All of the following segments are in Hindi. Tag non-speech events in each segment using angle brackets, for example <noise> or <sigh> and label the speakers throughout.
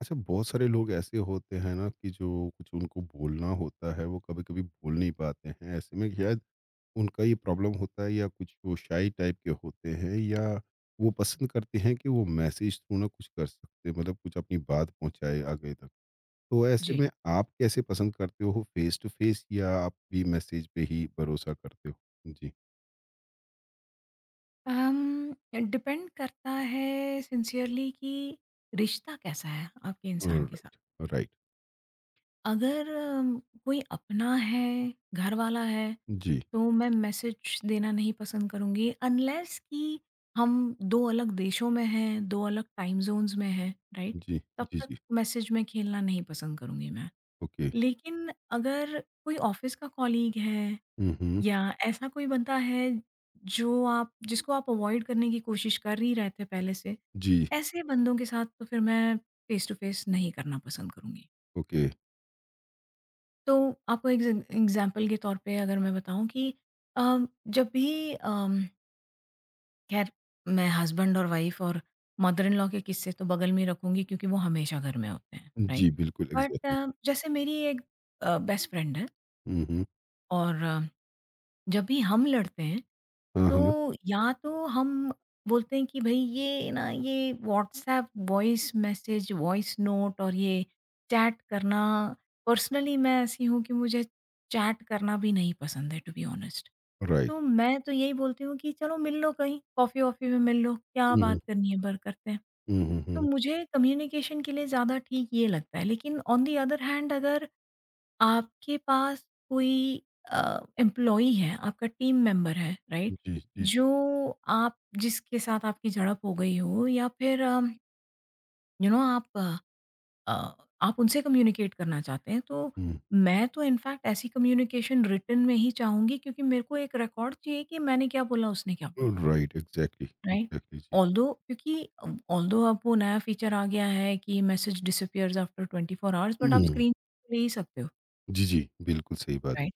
Speaker 1: अच्छा, बहुत सारे लोग ऐसे होते हैं ना कि जो कुछ उनको बोलना होता है वो कभी कभी बोल नहीं पाते हैं। ऐसे में शायद उनका ये प्रॉब्लम होता है या कुछ वो शाई टाइप के होते हैं, या वो पसंद करते हैं कि वो मैसेज थ्रू ना कुछ कर सकते हैं, मतलब कुछ अपनी बात पहुंचाए आगे तक। तो ऐसे
Speaker 2: जी।
Speaker 1: में आप कैसे पसंद करते हो, फेस टू फेस या आप भी मैसेज पे ही भरोसा करते हो? जी।
Speaker 2: um, डिपेंड करता है सिंसियरली कि रिश्ता कैसा है आपके इंसान के साथ।
Speaker 1: राइट। राइट।
Speaker 2: अगर कोई अपना है, घर वाला है,
Speaker 1: जी।
Speaker 2: तो मैं मैसेज देना नहीं पसंद करूँगी, अनलेस कि हम दो अलग देशों में हैं, दो अलग टाइम जोन्स में हैं, राइट।
Speaker 1: जी।
Speaker 2: तब
Speaker 1: जी।
Speaker 2: तक
Speaker 1: जी।
Speaker 2: मैसेज में खेलना नहीं पसंद करूँगी मैं।
Speaker 1: ओके।
Speaker 2: लेकिन अगर कोई ऑफिस का कॉलीग है,
Speaker 1: हम्म,
Speaker 2: या ऐसा कोई बंदा है, जो आप जिसको आप अवॉइड करने की कोशिश कर ही रहे थे पहले से,
Speaker 1: जी।
Speaker 2: ऐसे बंदों के साथ तो फिर मैं फ़ेस टू फ़ेस नहीं करना पसंद करूँगी।
Speaker 1: ओके।
Speaker 2: तो आपको एग्ज़ाम्पल के तौर पे अगर मैं बताऊँ कि अ, जब भी ख़ैर, मैं हस्बैंड और वाइफ़ और मदर इन लॉ के किस्से तो बगल में ही रखूँगी क्योंकि वो हमेशा घर में होते हैं, राइट?
Speaker 1: जी, बिल्कुल एग्जैक्टली।
Speaker 2: बट जैसे मेरी एक बेस्ट फ्रेंड है,
Speaker 1: हम्म।
Speaker 2: और जब भी हम लड़ते हैं,
Speaker 1: हाँ, हाँ,
Speaker 2: तो या तो हम बोलते हैं कि भई ये ना ये WhatsApp voice message, voice note और ये चैट करना, पर्सनली मैं ऐसी हूँ कि मुझे चैट करना भी नहीं पसंद है टू बी ऑनेस्ट।
Speaker 1: राइट।
Speaker 2: तो मैं तो यही बोलती हूँ कि चलो मिल लो कहीं, कॉफ़ी-वॉफ़ी में मिल लो, क्या
Speaker 1: हुँ, हुँ।
Speaker 2: बात करनी है पर करते हैं।
Speaker 1: हुँ, हुँ,
Speaker 2: तो
Speaker 1: हुँ।
Speaker 2: मुझे कम्युनिकेशन के लिए ज़्यादा ठीक ये लगता है। लेकिन ऑन द अदर हैंड, अगर आपके पास कोई एम्प्लॉयी है, आपका टीम मेंबर है, राइट?
Speaker 1: जी, जी, जी।
Speaker 2: जो आप जिसके साथ आपकी झड़प हो गई हो, या फिर अम, यू नो आप अ, अ, आप उनसे कम्युनिकेट करना चाहते हैं, तो
Speaker 1: हुँ।
Speaker 2: मैं तो इनफैक्ट ऐसी कम्युनिकेशन रिटन में ही चाहूँगी, क्योंकि मेरे को एक रिकॉर्ड चाहिए कि मैंने क्या बोला, उसने क्या बोला,
Speaker 1: राइट, एग्ज़ैक्टली।
Speaker 2: राइट?
Speaker 1: एग्ज़ैक्टली, जी।
Speaker 2: ऑल्दो क्योंकि अ, ऑल्दो अब वो नया फीचर आ गया है कि message disappears after 24 hours, but आप
Speaker 1: हुँ।
Speaker 2: स्क्रीन ले ही सकते हो,
Speaker 1: जी, जी, बिल्कुल सही बात।
Speaker 2: राइट?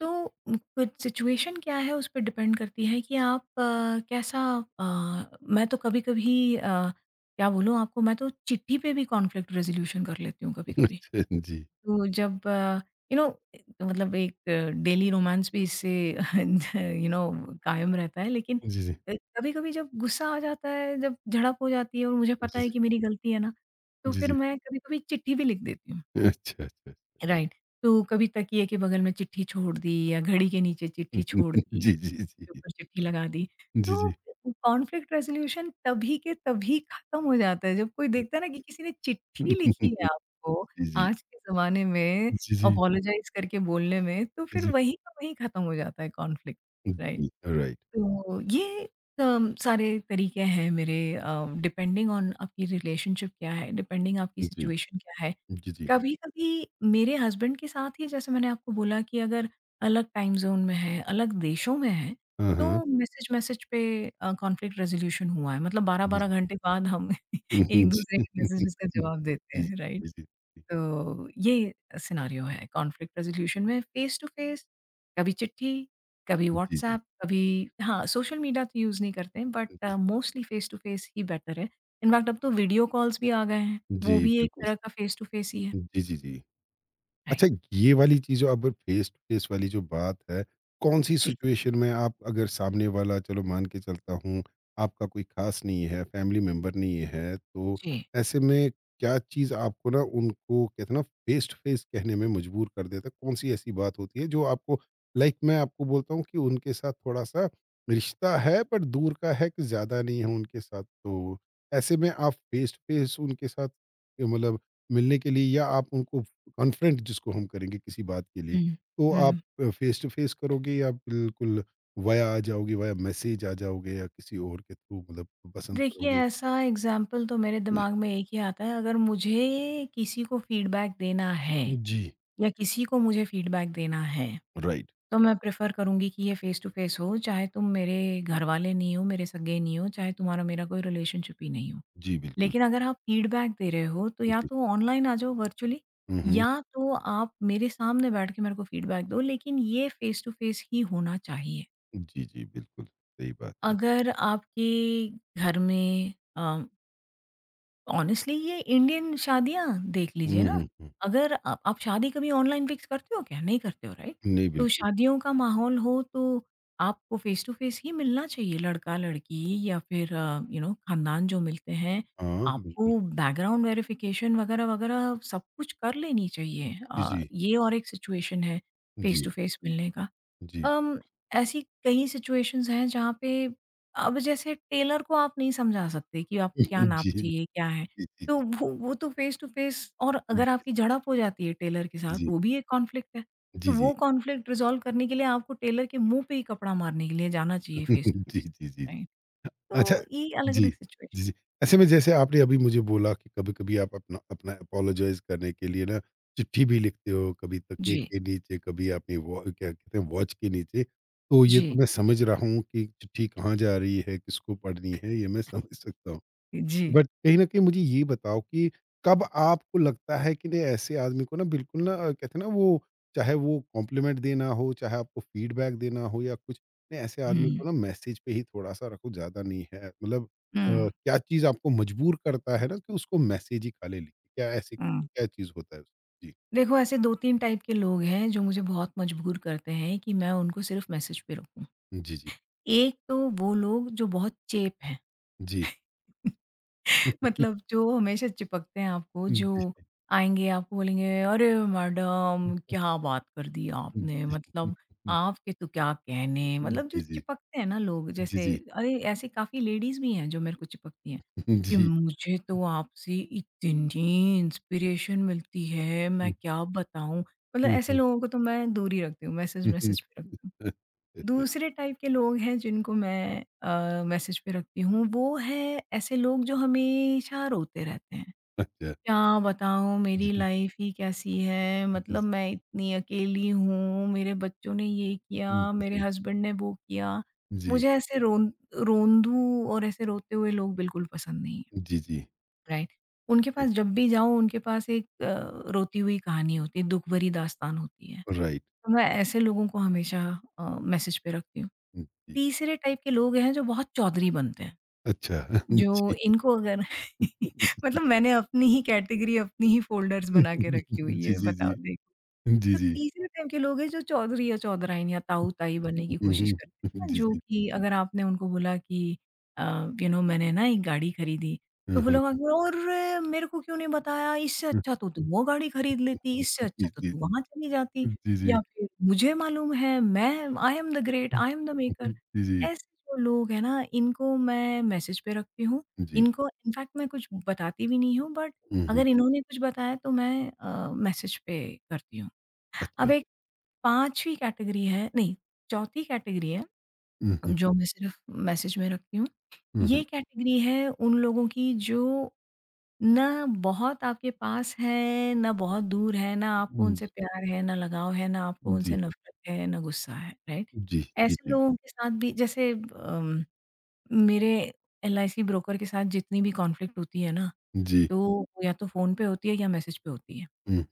Speaker 2: तो कुछ सिचुएशन क्या है उस पे डिपेंड करती है कि आप कैसा अ, मैं तो कभी-कभी क्या बोलूँ आपको, मैं तो चिट्ठी पे भी कॉन्फ्लिक्ट रेज़ोल्यूशन कर लेती हूँ कभी-कभी।
Speaker 1: अच्छा, जी।
Speaker 2: तो जब यू नो मतलब एक डेली रोमांस भी इससे <laughs> यू नो कायम रहता है, लेकिन
Speaker 1: जी, जी।
Speaker 2: कभी-कभी जब गुस्सा आ जाता है, जब झड़प हो जाती है और मुझे पता
Speaker 1: जी,
Speaker 2: है
Speaker 1: जी।
Speaker 2: कि मेरी गलती है ना, तो
Speaker 1: जी,
Speaker 2: फिर
Speaker 1: जी।
Speaker 2: मैं कभी-कभी चिट्ठी भी लिख देती हूँ।
Speaker 1: अच्छा, अच्छा।
Speaker 2: राइट। तो कभी तकिए के बगल में चिट्ठी छोड़ दी, या घड़ी के नीचे चिट्ठी छोड़
Speaker 1: <laughs>
Speaker 2: दी,
Speaker 1: जी, जी,
Speaker 2: के
Speaker 1: जी।
Speaker 2: ऊपर चिट्ठी लगा दी।
Speaker 1: जी,
Speaker 2: तो
Speaker 1: जी।
Speaker 2: कॉन्फ्लिक्ट रेज़ोल्यूशन तभी के तभी खत्म हो जाता है जब कोई देखता है ना कि किसी ने चिट्ठी लिखी है
Speaker 1: <laughs>
Speaker 2: आपको,
Speaker 1: जी, जी।
Speaker 2: आज के ज़माने में
Speaker 1: जी, जी।
Speaker 2: अपोलोजाइज़ करके बोलने में, तो
Speaker 1: जी,
Speaker 2: फिर
Speaker 1: जी।
Speaker 2: वहीं का वहीं खत्म हो जाता है कॉन्फ्लिक्ट, राइट?
Speaker 1: जी, राइट।
Speaker 2: तो ये सारे तरीके हैं मेरे, डिपेंडिंग ऑन आपकी रिलेशनशिप क्या है, डिपेंडिंग आपकी
Speaker 1: जी।
Speaker 2: सिचुएशन क्या है।
Speaker 1: जी, जी।
Speaker 2: कभी-कभी मेरे हस्बैंड के साथ ही, जैसे मैंने आपको बोला कि अगर अलग टाइम ज़ोन में है, अलग देशों में है,
Speaker 1: हाँ, हाँ।
Speaker 2: तो मैसेज-मैसेज पे कॉन्फ्लिक्ट रेज़ोल्यूशन हुआ है। मतलब
Speaker 1: जी,
Speaker 2: 12-12
Speaker 1: जी।
Speaker 2: घंटे बाद हम <laughs>
Speaker 1: <laughs> जी,
Speaker 2: एक-दूसरे के
Speaker 1: जी,
Speaker 2: मैसेजेस का जवाब देते हैं, राइट?
Speaker 1: जी, जी।
Speaker 2: तो ये सिनेरियो है कॉन्फ्लिक्ट रेज़ोल्यूशन में, फ़ेस टू फ़ेस, कभी चिट्ठी, कभी
Speaker 1: जी, जी, जी।
Speaker 2: व्हाट्सएप, कभी हाँ, सोशल मीडिया तो यूज़ नहीं करते हैं, but mostly face to face ही बेटर है। इनफैक्ट अब तो वीडियो कॉल्स भी आ गए हैं,
Speaker 1: जी,
Speaker 2: वो भी एक
Speaker 1: बिल्कुल।
Speaker 2: तरह का फ़ेस टू फ़ेस ही है।
Speaker 1: जी, जी, जी।
Speaker 2: राइट,
Speaker 1: अच्छा, ये वाली चीज़ अब फेस टू फेस वाली जो बात है, कौन सी
Speaker 2: जी,
Speaker 1: सिचुएशन में आप अगर सामने वाला, चलो मान के चलता हूँ, आपका कोई ख़ास नहीं है, फैमिली मेंबर नहीं है, तो
Speaker 2: जी।
Speaker 1: ऐसे में क्या चीज़ आपको ना उनको कहते हैं ना फेस टू फेस कहने में मजबूर कर देता है? कौन-सी ऐसी बात होती है जो आपको, लाइक मैं आपको बोलता हूँ कि उनके साथ थोड़ा-सा रिश्ता है पर दूर का है, कि ज़्यादा नहीं है उनके साथ, तो ऐसे में आप फेस टू फेस उनके साथ, ये मतलब, मिलने के लिए या आप उनको अनफ्रेंड जिसको हम करेंगे किसी बात के लिए।
Speaker 2: हुँ,
Speaker 1: तो आप
Speaker 2: हुँ।
Speaker 1: फेस टू फेस करोगे या बिल्कुल वाया आ जाओगे, वाया मैसेज आ जाओगे या किसी और के थ्रू, मतलब पसंद
Speaker 2: देखिए
Speaker 1: करोगे?
Speaker 2: ऐसा एग्ज़ाम्पल तो मेरे दिमाग में एक ही आता है, अगर मुझे किसी को फ़ीडबैक देना है,
Speaker 1: जी,
Speaker 2: या किसी को मुझे फ़ीडबैक देना है,
Speaker 1: राइट।
Speaker 2: तो मैं प्रेफ़र करूँगी कि ये फ़ेस टू फ़ेस हो, चाहे तुम मेरे घरवाले नहीं हो, मेरे सगे नहीं हो, चाहे तुम्हारा मेरा कोई रिलेशनशिप ही नहीं हो।
Speaker 1: जी, बिल्कुल।
Speaker 2: लेकिन अगर आप फ़ीडबैक दे रहे हो, तो या
Speaker 1: जी।
Speaker 2: तो ऑनलाइन आ जाओ वर्चुअली,
Speaker 1: हुँ, हुँ।
Speaker 2: या तो आप मेरे सामने बैठ के मेरे को फ़ीडबैक दो, लेकिन ये फ़ेस टू फ़ेस ही होना चाहिए।
Speaker 1: जी, जी, बिल्कुल, सही बात है।
Speaker 2: अगर आपके घर में ऑनेस्टली, ये इंडियन शादियाँ देख लीजिए
Speaker 1: हुँ,
Speaker 2: ना,
Speaker 1: हुँ, हुँ।
Speaker 2: अगर आप शादी कभी ऑनलाइन फ़िक्स करते हो क्या? नहीं करते हो, राइट?
Speaker 1: नहीं,
Speaker 2: तो
Speaker 1: बिल्कुल।
Speaker 2: शादियों का माहौल हो, तो आपको फ़ेस टू फ़ेस ही मिलना चाहिए, लड़का-लड़की, या फिर ख़ानदान जो मिलते हैं,
Speaker 1: हाँ, बिल्कुल।
Speaker 2: आपको बैकग्राउंड वेरिफ़िकेशन वग़ैरह-वग़ैरह सब कुछ कर लेनी चाहिए।
Speaker 1: जी, जी।
Speaker 2: ये और एक सिचुएशन है फ़ेस
Speaker 1: जी,
Speaker 2: टू फ़ेस मिलने का।
Speaker 1: जी।
Speaker 2: अम, ऐसी कई सिचुएशंस हैं जहाँ पे, अब जैसे टेलर को आप नहीं समझा सकते कि आपको क्या
Speaker 1: <laughs>
Speaker 2: नाप
Speaker 1: जी, जी,
Speaker 2: चाहिए, क्या है।
Speaker 1: जी,
Speaker 2: तो
Speaker 1: जी।
Speaker 2: वो तो फ़ेस टू फ़ेस, और अगर आपकी झड़प हो जाती है टेलर के
Speaker 1: जी,
Speaker 2: साथ,
Speaker 1: जी, जी।
Speaker 2: वो भी एक कॉन्फ्लिक्ट है। तो वो कॉन्फ्लिक्ट रिज़ॉल्व करने के लिए आपको टेलर के मुँह पे ही कपड़ा मारने के लिए जाना चाहिए फ़ेस टू
Speaker 1: <laughs> जी,
Speaker 2: फ़ेस,
Speaker 1: जी। जी, जी, जी, जी।
Speaker 2: राइट?
Speaker 1: अच्छा।
Speaker 2: तो ये
Speaker 1: जी।
Speaker 2: अलग-अलग सिचुएशन।
Speaker 1: जी, जी। ऐसे में जैसे आपने अभी मुझे बोला कि कभी-कभी आप अपना अपना एपोलोजाइज़ करने के लिए ना चिट्ठी भी लिखते हो, कभी तकिए
Speaker 2: जी,
Speaker 1: के नीचे, कभी अपनी वॉ क्या कहते हैं वॉच के नीचे। तो ये तो
Speaker 2: जी,
Speaker 1: मैं समझ रहा हूँ कि चिट्ठी कहाँ जा रही है, किसको पढ़नी है, ये मैं समझ सकता हूँ।
Speaker 2: जी।
Speaker 1: बट कहीं न कहीं मुझे ये बताओ कि कब आपको लगता है कि नहीं, ऐसे आदमी को ना बिल्कुल ना, कहते हैं ना वो, चाहे वो कॉम्प्लीमेंट देना हो, चाहे आपको फीडबैक देना हो या कुछ, नहीं ऐसे आदमी को
Speaker 2: हुँ,
Speaker 1: ना मैसेज पे ही थोड़ा-सा रखो, ज़्यादा नहीं है। मतलब
Speaker 2: हुँ,
Speaker 1: क्या चीज़ आपको मजबूर करता है ना कि उसको मैसेज ही खाली लिखें? क्या ऐसी
Speaker 2: हुँ।
Speaker 1: क्या चीज़ होता है उसमें? जी।
Speaker 2: देखो ऐसे 2-3 टाइप के लोग हैं जो मुझे बहुत मजबूर करते हैं कि मैं उनको सिर्फ़ मैसेज पे रखूँ।
Speaker 1: जी, जी।
Speaker 2: एक तो वो लोग जो बहुत चेप हैं।
Speaker 1: जी।
Speaker 2: <laughs> मतलब जो हमेशा चिपकते हैं आपको, जो
Speaker 1: जी।
Speaker 2: आएँगे आपको बोलेंगे, "अरे मैडम क्या बात कर दी आपने, मतलब
Speaker 1: जी।
Speaker 2: आपके तो क्या कहने।" मतलब जो
Speaker 1: जी, जी।
Speaker 2: चिपकते हैं ना लोग,
Speaker 1: जी,
Speaker 2: जैसे
Speaker 1: जी।
Speaker 2: अरे ऐसी काफ़ी लेडीज़ भी हैं जो मेरे को चिपकती हैं कि
Speaker 1: जी।
Speaker 2: मुझे तो आपसे इतनी इंस्पिरेशन मिलती है, मैं
Speaker 1: <laughs>
Speaker 2: क्या बताऊँ। मतलब
Speaker 1: हुँ,
Speaker 2: ऐसे
Speaker 1: हुँ।
Speaker 2: लोगों को तो मैं दूर ही रखती हूँ, मैसेज
Speaker 1: हुँ, हुँ।
Speaker 2: मैसेज पे रखती हूँ। दूसरे टाइप के लोग हैं जिनको मैं मैसेज पे रखती हूँ, वो है ऐसे लोग जो हमेशा रोते रहते हैं।
Speaker 1: अच्छा।
Speaker 2: क्या बताऊँ मेरी
Speaker 1: जी।
Speaker 2: लाइफ़ ही कैसी है,
Speaker 1: जी,
Speaker 2: मतलब
Speaker 1: जी।
Speaker 2: मैं इतनी अकेली हूँ, मेरे बच्चों ने ये किया,
Speaker 1: हुँ, जी,
Speaker 2: मेरे
Speaker 1: जी।
Speaker 2: हस्बैंड ने वो किया।
Speaker 1: जी,
Speaker 2: मुझे ऐसे रोन रोंदू और ऐसे रोते हुए लोग बिल्कुल पसंद नहीं है,
Speaker 1: जी, जी,
Speaker 2: राइट? उनके पास
Speaker 1: जी।
Speaker 2: जब भी जाऊँ उनके पास एक रोती हुई कहानी होती है, दुःख भरी दास्तान होती है।
Speaker 1: राइट।
Speaker 2: तो मैं ऐसे लोगों को हमेशा मैसेज पे रखती हूँ।
Speaker 1: जी।
Speaker 2: तीसरे टाइप के लोग हैं जो बहुत चौधरी बनते हैं,
Speaker 1: अच्छा। <laughs>
Speaker 2: जो
Speaker 1: जी।
Speaker 2: इनको अगर <laughs> मतलब मैंने अपनी ही कैटेगरी, अपनी ही फ़ोल्डर्स
Speaker 1: जी,
Speaker 2: बना के रखी हुई है,
Speaker 1: जी,
Speaker 2: बताओ
Speaker 1: जी।
Speaker 2: देखो।
Speaker 1: जी,
Speaker 2: तो
Speaker 1: जी।
Speaker 2: तीसरे टाइम के लोग हैं जो चौधरी या चौधराइन या ताऊ-ताई बनने की
Speaker 1: हुँ,
Speaker 2: कोशिश
Speaker 1: हुँ।
Speaker 2: करते हैं ना,
Speaker 1: जी,
Speaker 2: जो
Speaker 1: जी।
Speaker 2: कि अगर आपने उनको बोला कि अ, मैंने ना एक गाड़ी खरीदी,
Speaker 1: हाँ,
Speaker 2: तो वो
Speaker 1: हाँ।
Speaker 2: लोग आगे "अरे! मेरे को क्यों नहीं बताया? इससे अच्छा तो तू वो गाड़ी खरीद लेती, इससे
Speaker 1: जी,
Speaker 2: अच्छा तो
Speaker 1: जी।
Speaker 2: तू वहाँ चली जाती",
Speaker 1: जी,
Speaker 2: या
Speaker 1: जी।
Speaker 2: फिर "मुझे मालूम है, मैं I am the great, I am the
Speaker 1: जी,
Speaker 2: मेकर।"
Speaker 1: जी।
Speaker 2: ऐसे जो लोग हैं ना, इनको मैं मैसेज पे रखती हूँ।
Speaker 1: जी।
Speaker 2: इनको इनफैक्ट मैं कुछ बताती भी नहीं हूँ, बट
Speaker 1: हुँ, हुँ।
Speaker 2: अगर इन्होंने कुछ बताया तो मैं मैसेज पे करती हूँ। अब
Speaker 1: अच्छा।
Speaker 2: एक 5वीं कैटेगरी है नहीं, चौथी कैटेगरी है,
Speaker 1: हुँ, हुँ।
Speaker 2: जो मैं सिर्फ़ मैसेज में रखती हूँ।
Speaker 1: हुँ, हुँ।
Speaker 2: ये कैटेगरी है उन लोगों की जो ना बहुत आपके पास है, ना बहुत दूर है, ना आपको उनसे
Speaker 1: जी,
Speaker 2: प्यार है, ना लगाव है, ना आपको उनसे
Speaker 1: जी,
Speaker 2: नफ़रत है, ना गुस्सा है, राइट?
Speaker 1: जी, जी,
Speaker 2: ऐसे
Speaker 1: जी।
Speaker 2: लोगों के साथ भी जैसे मेरे एलआईसी ब्रोकर के साथ जितनी भी कॉन्फ्लिक्ट होती है ना,
Speaker 1: जी।
Speaker 2: तो वो या तो फ़ोन पे होती है या मैसेज पे होती है।
Speaker 1: हुँ,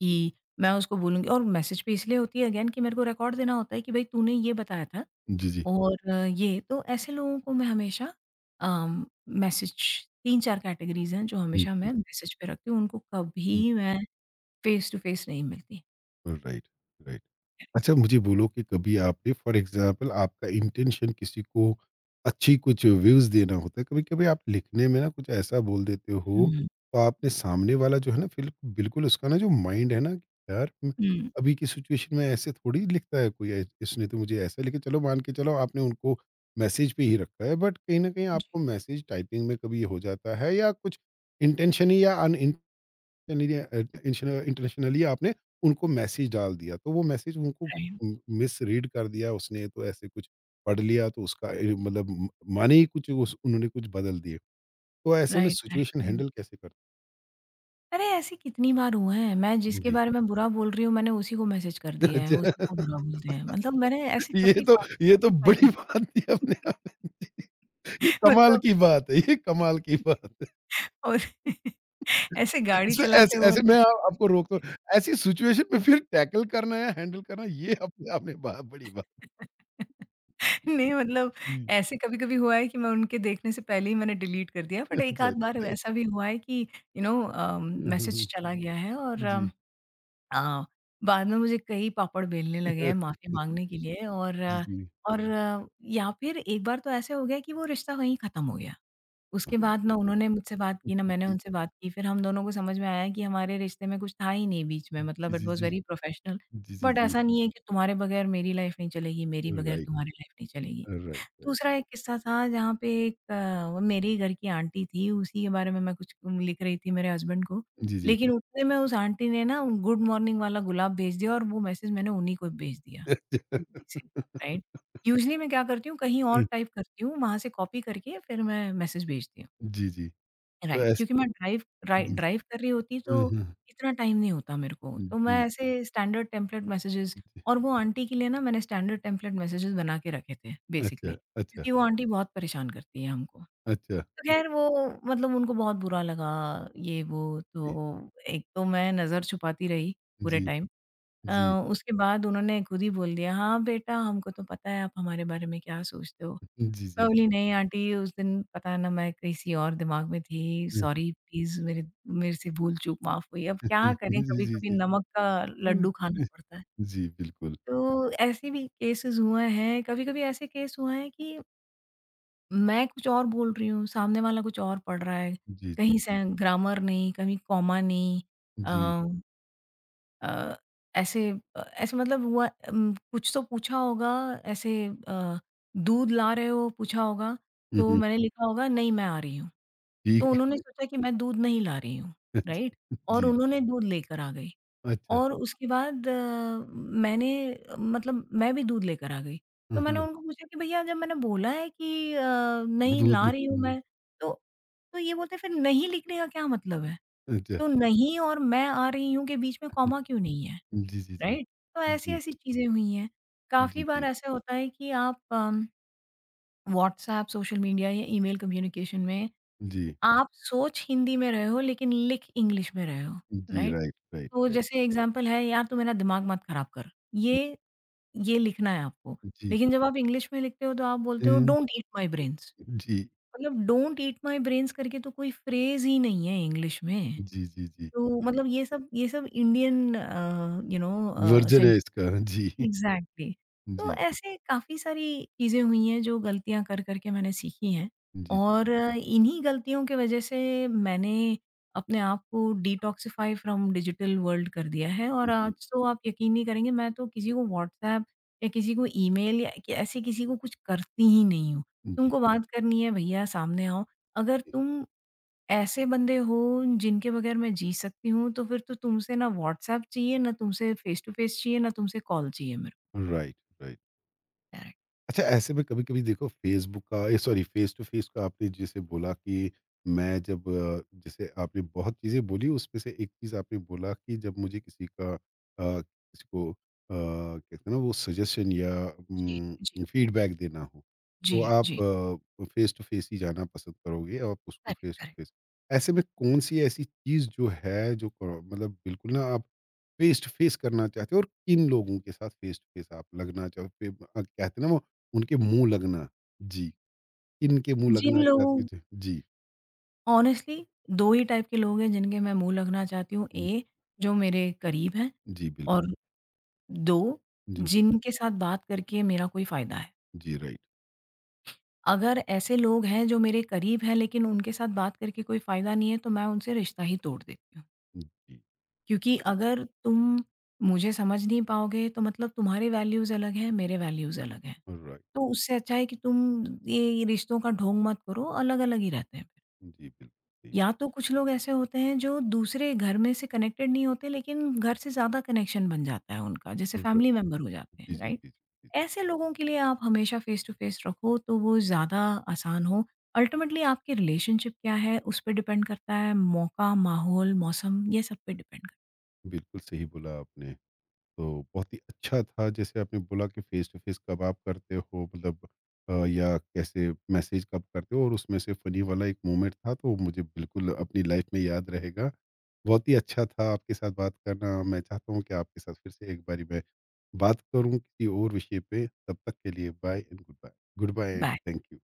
Speaker 2: कि मैं उसको बोलूँगी, और मैसेज पे इसलिए होती है अगेन कि मेरे को रिकॉर्ड देना होता है कि भई तूने ये बताया था
Speaker 1: जी, जी।
Speaker 2: और ये तो ऐसे लोगों को मैं हमेशा मैसेज। 3-4 कैटेगरीज़ हैं जो
Speaker 1: हुँ,
Speaker 2: हमेशा
Speaker 1: जी।
Speaker 2: मैं मैसेज पे रखती हूँ, उनको
Speaker 1: हुँ,
Speaker 2: कभी मैं फ़ेस टू फ़ेस नहीं मिलती।
Speaker 1: Right, right. अच्छा मुझे बोलो कि कभी आपने, फॉर एग्जांपल, आपका इंटेंशन किसी को अच्छी कुछ व्यूज़ देना होता है, कभी-कभी आप लिखने में ना कुछ ऐसा बोल देते हो,
Speaker 2: हुँ,
Speaker 1: तो आपने सामने वाला जो है ना, फिल बिल्कुल उसका ना जो माइंड है ना कि यार
Speaker 2: हुँ।
Speaker 1: अभी की सिचुएशन में ऐसे थोड़ी लिखता है कोई, ऐ इसने तो मुझे ऐसा, लेकिन चलो मान के चलो आपने उनको मैसेज पे ही रखा है, बट कहीं न कहीं
Speaker 2: जी,
Speaker 1: आपको मैसेज टाइपिंग में कभी हो जाता है या कुछ इंटेंशन ही या अन, इंडिया अ, इंशना इंटरनेशनली आपने उनको मैसेज डाल दिया, तो वो मैसेज उनको
Speaker 2: राइट,
Speaker 1: मिसरीड कर दिया उसने, तो ऐसे कुछ पढ़ लिया तो उसका ए मतलब म माने ही कुछ, उस उन्होंने कुछ बदल दिए। तो ऐसे में
Speaker 2: right, right,
Speaker 1: situation
Speaker 2: right.
Speaker 1: Handle कैसे कर?
Speaker 2: अरे! ऐसे कितनी बार हुआ है, मैं जिसके
Speaker 1: जी।
Speaker 2: बारे में बुरा बोल रही हूँ मैंने उसी को मैसेज कर
Speaker 1: <laughs>
Speaker 2: दिया है, उसी
Speaker 1: अच्छा,
Speaker 2: को बुरा बोल दिया है। मतलब मैंने ऐसे
Speaker 1: ये
Speaker 2: काफ़ी
Speaker 1: तो
Speaker 2: फन
Speaker 1: ये तो
Speaker 2: फनी
Speaker 1: बड़ी
Speaker 2: फनी
Speaker 1: बात थी अपने आप में। ये
Speaker 2: <laughs>
Speaker 1: कमाल
Speaker 2: मतलब
Speaker 1: की बात है, ये कमाल की बात।
Speaker 2: और <laughs> ऐसे गाड़ी
Speaker 1: इसमें
Speaker 2: चलाते
Speaker 1: ऐसे
Speaker 2: हुए
Speaker 1: ऐसे मैं आप आपको रोकता हूँ, ऐसी सिचुएशन में फिर टैकल करना या हैंडल करना ये अपने आप में बा बड़ी बात।
Speaker 2: <laughs> नहीं मतलब,
Speaker 1: जी।
Speaker 2: ऐसे कभी-कभी हुआ है कि मैं उनके देखने से पहले ही मैंने डिलीट कर दिया, बट एक
Speaker 1: अच्छा,
Speaker 2: आध बार
Speaker 1: अच्छा।
Speaker 2: ऐसा
Speaker 1: <laughs>
Speaker 2: भी हुआ है कि
Speaker 1: हुँ, हुँ, हुँ।
Speaker 2: मैसेज चला गया है, और
Speaker 1: जी।
Speaker 2: बाद में मुझे कई पापड़ बेलने लगे
Speaker 1: अ,
Speaker 2: हैं माफ़ी माँगने के लिए, और
Speaker 1: जी,
Speaker 2: अ,
Speaker 1: जी।
Speaker 2: और अ, या फिर एक बार तो ऐसे हो गया कि वो रिश्ता वहीं खत्म हो गया।
Speaker 1: हाँ,
Speaker 2: उसके बाद ना
Speaker 1: बिल्कुल।
Speaker 2: उन्होंने मुझसे बात की, ना मैंने
Speaker 1: जी,
Speaker 2: उनसे बात की, फिर हम दोनों को समझ में आया कि हमारे रिश्ते में कुछ था ही नहीं बीच में, मतलब इट
Speaker 1: जी,
Speaker 2: वाज़
Speaker 1: जी।
Speaker 2: Very professional.
Speaker 1: जी, जी,
Speaker 2: बट
Speaker 1: जी।
Speaker 2: ऐसा नहीं है कि तुम्हारे बगैर मेरी लाइफ़ नहीं चलेगी, मेरी बगैर
Speaker 1: राइट,
Speaker 2: तुम्हारी लाइफ़ नहीं चलेगी।
Speaker 1: Right, right.
Speaker 2: दूसरा एक किस्सा था जहाँ पे एक वो मेरे ही घर की आंटी थी, उसी के बारे में मैं कुछ लिख रही थी मेरे हस्बैंड को।
Speaker 1: जी, जी।
Speaker 2: लेकिन उतने में उस आंटी ने ना गुड मॉर्निंग वाला गुलाब भेज दिया, और वो मैसेज मैंने उन्हीं को भेज दिया गलती से, राइट? यूजुअली मैं क्या करती हूँ, कहीं और
Speaker 1: हुँ,
Speaker 2: टाइप करती हूँ, वहाँ से कॉपी करके फिर मैं मैसेज भेजती हूँ।
Speaker 1: जी, जी। तो
Speaker 2: राइट,
Speaker 1: ऐसे।
Speaker 2: क्योंकि मैं ड्राइव ड्राइ
Speaker 1: जी।
Speaker 2: ड्राइव कर रही होती
Speaker 1: हुँ,
Speaker 2: तो
Speaker 1: हुँ।
Speaker 2: इतना टाइम नहीं होता मेरे को,
Speaker 1: जी,
Speaker 2: तो
Speaker 1: जी।
Speaker 2: मैं ऐसे स्टैंडर्ड टेम्पलेट मैसेजेज़। और वो आंटी के लिए ना मैंने स्टैंडर्ड टेम्पलेट मैसेजेज़ बना के रखे थे बेसिकली,
Speaker 1: अच्छा, अच्छा,
Speaker 2: क्योंकि वो आंटी बहुत परेशान करती है हमको।
Speaker 1: अच्छा।
Speaker 2: तो ख़ैर वो मतलब उनको बहुत बुरा लगा ये वो,
Speaker 1: जी,
Speaker 2: तो एक तो मैं नज़र छुपाती रही पूरे
Speaker 1: जी,
Speaker 2: टाइम। अ,
Speaker 1: जी।
Speaker 2: उसके बाद उन्होंने खुद ही बोल दिया, "हाँ बेटा, हमको तो पता है आप हमारे बारे में क्या सोचते हो।"
Speaker 1: जी, जी, जी।
Speaker 2: बोली, "नहीं आंटी उस दिन पता है ना मैं किसी और दिमाग में थी, सॉरी प्लीज़ मेरे मेरे से भूल-चूक माफ़ हुई।" अब क्या करें
Speaker 1: जी, जी,
Speaker 2: कभी-कभी
Speaker 1: जी।
Speaker 2: नमक का
Speaker 1: हुँ,
Speaker 2: लड्डू खाना पड़ता है।
Speaker 1: जी, बिल्कुल।
Speaker 2: तो ऐसे भी केसेज़ हुए हैं, कभी-कभी ऐसे केस हुए हैं कि मैं कुछ और बोल रही हूँ, सामने वाला कुछ और पढ़ रहा है।
Speaker 1: जी,
Speaker 2: कहीं
Speaker 1: जी,
Speaker 2: से ग्रामर नहीं, कहीं कॉमा नहीं।
Speaker 1: जी।
Speaker 2: अ अ, ऐसे ऐसे मतलब हुआ, कुछ तो पूछा होगा। ऐसे अ, दूध ला रहे हो पूछा होगा,
Speaker 1: हुँ,
Speaker 2: तो
Speaker 1: हुँ।
Speaker 2: मैंने लिखा होगा नहीं मैं आ रही हूँ। तो
Speaker 1: ठीक।
Speaker 2: उन्होंने सोचा कि मैं दूध नहीं ला रही हूँ,
Speaker 1: अच्छा,
Speaker 2: राइट? और
Speaker 1: जी।
Speaker 2: उन्होंने दूध लेकर आ गई।
Speaker 1: अच्छा।
Speaker 2: और उसके बाद मैंने, मतलब मैं भी दूध लेकर आ गई। तो
Speaker 1: हाँ,
Speaker 2: मैंने
Speaker 1: हाँ।
Speaker 2: उनको पूछा कि भैया जब मैंने बोला है कि नहीं
Speaker 1: दूध।
Speaker 2: ला रही हूँ
Speaker 1: हुँ,
Speaker 2: मैं, तो तो ये बोलते हैं फिर नहीं लिखने का क्या मतलब है?
Speaker 1: अच्छा।
Speaker 2: तो नहीं और मैं आ रही हूँ के बीच में कॉमा क्यों नहीं है?
Speaker 1: जी, जी, जी।
Speaker 2: राइट? तो
Speaker 1: जी,
Speaker 2: ऐसी-ऐसी चीज़ें हुई हैं। काफ़ी
Speaker 1: जी,
Speaker 2: बार
Speaker 1: जी।
Speaker 2: ऐसा होता है कि आप व्हाट्सऐप, सोशल मीडिया या ईमेल कम्युनिकेशन में
Speaker 1: जी।
Speaker 2: आप सोच हिंदी में रहे हो लेकिन लिख इंग्लिश में रहे हो,
Speaker 1: जी,
Speaker 2: राइट?
Speaker 1: राइट, राइट,
Speaker 2: तो
Speaker 1: राइट।
Speaker 2: जैसे एग्ज़ाम्पल है, यार तू मेरा दिमाग मत खराब कर, ये ये लिखना है आपको।
Speaker 1: जी।
Speaker 2: लेकिन जब आप इंग्लिश में लिखते हो तो आप
Speaker 1: अ,
Speaker 2: बोलते हो डोंट ईट माय ब्रेन्स,
Speaker 1: जी,
Speaker 2: मतलब डोंट ईट माय ब्रेन्स करके तो कोई फ्रेज़ ही नहीं है इंग्लिश में।
Speaker 1: जी, जी, जी।
Speaker 2: तो मतलब ये सब Indian you know
Speaker 1: version
Speaker 2: sentence
Speaker 1: है इसका जी। <laughs>
Speaker 2: एग्ज़ैक्टली। तो
Speaker 1: जी, जी,
Speaker 2: ऐसे काफ़ी सारी चीज़ें हुई हैं जो गलतियाँ कर के मैंने सीखी हैं।
Speaker 1: जी, जी,
Speaker 2: और इन्हीं गलतियों की वज़ह से मैंने अपने आप को डिटॉक्सिफ़ाई फ्रॉम डिजिटल वर्ल्ड कर दिया है। और
Speaker 1: जी,
Speaker 2: आज तो आप यकीन नहीं करेंगे, मैं तो किसी को व्हाट्सऐप या किसी को ईमेल या कि ऐसे किसी को कुछ करती ही नहीं हूँ।
Speaker 1: जी,
Speaker 2: तुमको बात करनी है भैया सामने आओ। अगर तुम ऐसे बंदे हो जिनके बगैर मैं जी सकती हूँ तो फिर तो तुमसे ना व्हाट्सऐप चाहिए, ना तुमसे फ़ेस टू फ़ेस चाहिए, ना तुमसे कॉल चाहिए मुझे।
Speaker 1: Right, right.
Speaker 2: करेक्ट,
Speaker 1: अच्छा, ऐसे में कभी-कभी देखो, फ़ेस टू फ़ेस का आपने जैसे बोला कि, मैं जब जैसे आपने बहुत चीज़ें बोली उसमें से एक चीज़ आपने बोला कि जब मुझे किसी का किसी को कहते हैं ना वो, सजेशन या
Speaker 2: जी, जी,
Speaker 1: फ़ीडबैक देना हो,
Speaker 2: जी,
Speaker 1: तो
Speaker 2: जी,
Speaker 1: आप फ़ेस टू फ़ेस ही जाना पसंद करोगे आप उसको,
Speaker 2: correct,
Speaker 1: face to
Speaker 2: correct.
Speaker 1: Face. ऐसे में कौन-सी ऐसी चीज़ जो है जो मतलब बिल्कुल ना आप फ़ेस टू फ़ेस करना चाहते हो और किन लोगों के साथ फ़ेस टू फ़ेस आप लगना चाहो? कहते हैं ना वो, उनके मुँह लगना। जी, इनके मुँह
Speaker 2: जिन
Speaker 1: लगना
Speaker 2: लोगों,
Speaker 1: चाहती थी। जी,
Speaker 2: ऑनेस्टली 2 ही टाइप के लोग हैं जिनके मैं मुँह लगना चाहती हूँ,
Speaker 1: हुँ,
Speaker 2: ए जो मेरे करीब हैं
Speaker 1: जी, बिल्कुल।
Speaker 2: और 2
Speaker 1: जी,
Speaker 2: जिनके साथ बात करके मेरा कोई फ़ायदा है।
Speaker 1: जी, राइट।
Speaker 2: अगर ऐसे लोग हैं जो मेरे करीब हैं लेकिन उनके साथ बात करके कोई फ़ायदा नहीं है तो मैं उनसे रिश्ता ही तोड़ देती हूँ।
Speaker 1: जी,
Speaker 2: क्योंकि
Speaker 1: बड़ी
Speaker 2: अगर तुम मुझे समझ नहीं पाओगे तो मतलब तुम्हारे वैल्यूज़ अलग हैं, मेरे वैल्यूज़ अलग हैं।
Speaker 1: राइट।
Speaker 2: तो उससे अच्छा है कि तुम ये रिश्तों का ढोंग मत करो, अलग-अलग ही रहते हैं फिर।
Speaker 1: जी, बिल्कुल सही।
Speaker 2: या तो कुछ लोग ऐसे होते हैं जो दूसरे घर में से कनेक्टेड नहीं होते लेकिन घर से ज़्यादा कनेक्शन बन जाता है उनका, जैसे
Speaker 1: राइट।
Speaker 2: फैमिली मेंबर हो जाते
Speaker 1: जी,
Speaker 2: हैं,
Speaker 1: जी,
Speaker 2: राइट?
Speaker 1: जी, जी, जी।
Speaker 2: ऐसे लोगों के लिए आप हमेशा फ़ेस टू फ़ेस रखो तो वो ज़्यादा आसान हो। अल्टीमेटली आपकी रिलेशनशिप क्या है, उस पे डिपेंड करता है, मौका, माहौल, मौसम ये सब पे डिपेंड कर
Speaker 1: बिल्कुल सही बोला आपने। तो बहुत ही अच्छा था, जैसे आपने बोला कि फेस टू फेस कब आप करते हो, मतलब या कैसे मैसेज कब करते हो, और उसमें से फनी वाला एक मोमेंट था तो मुझे बिल्कुल अपनी लाइफ में याद रहेगा। बहुत ही अच्छा था आपके साथ बात करना। मैं चाहता हूँ कि आपके साथ फिर से एक बारी मैं बात करूँ किसी और विषय पे। तब तक के लिए bye and goodbye. Goodbye and
Speaker 2: bye.
Speaker 1: Thank you.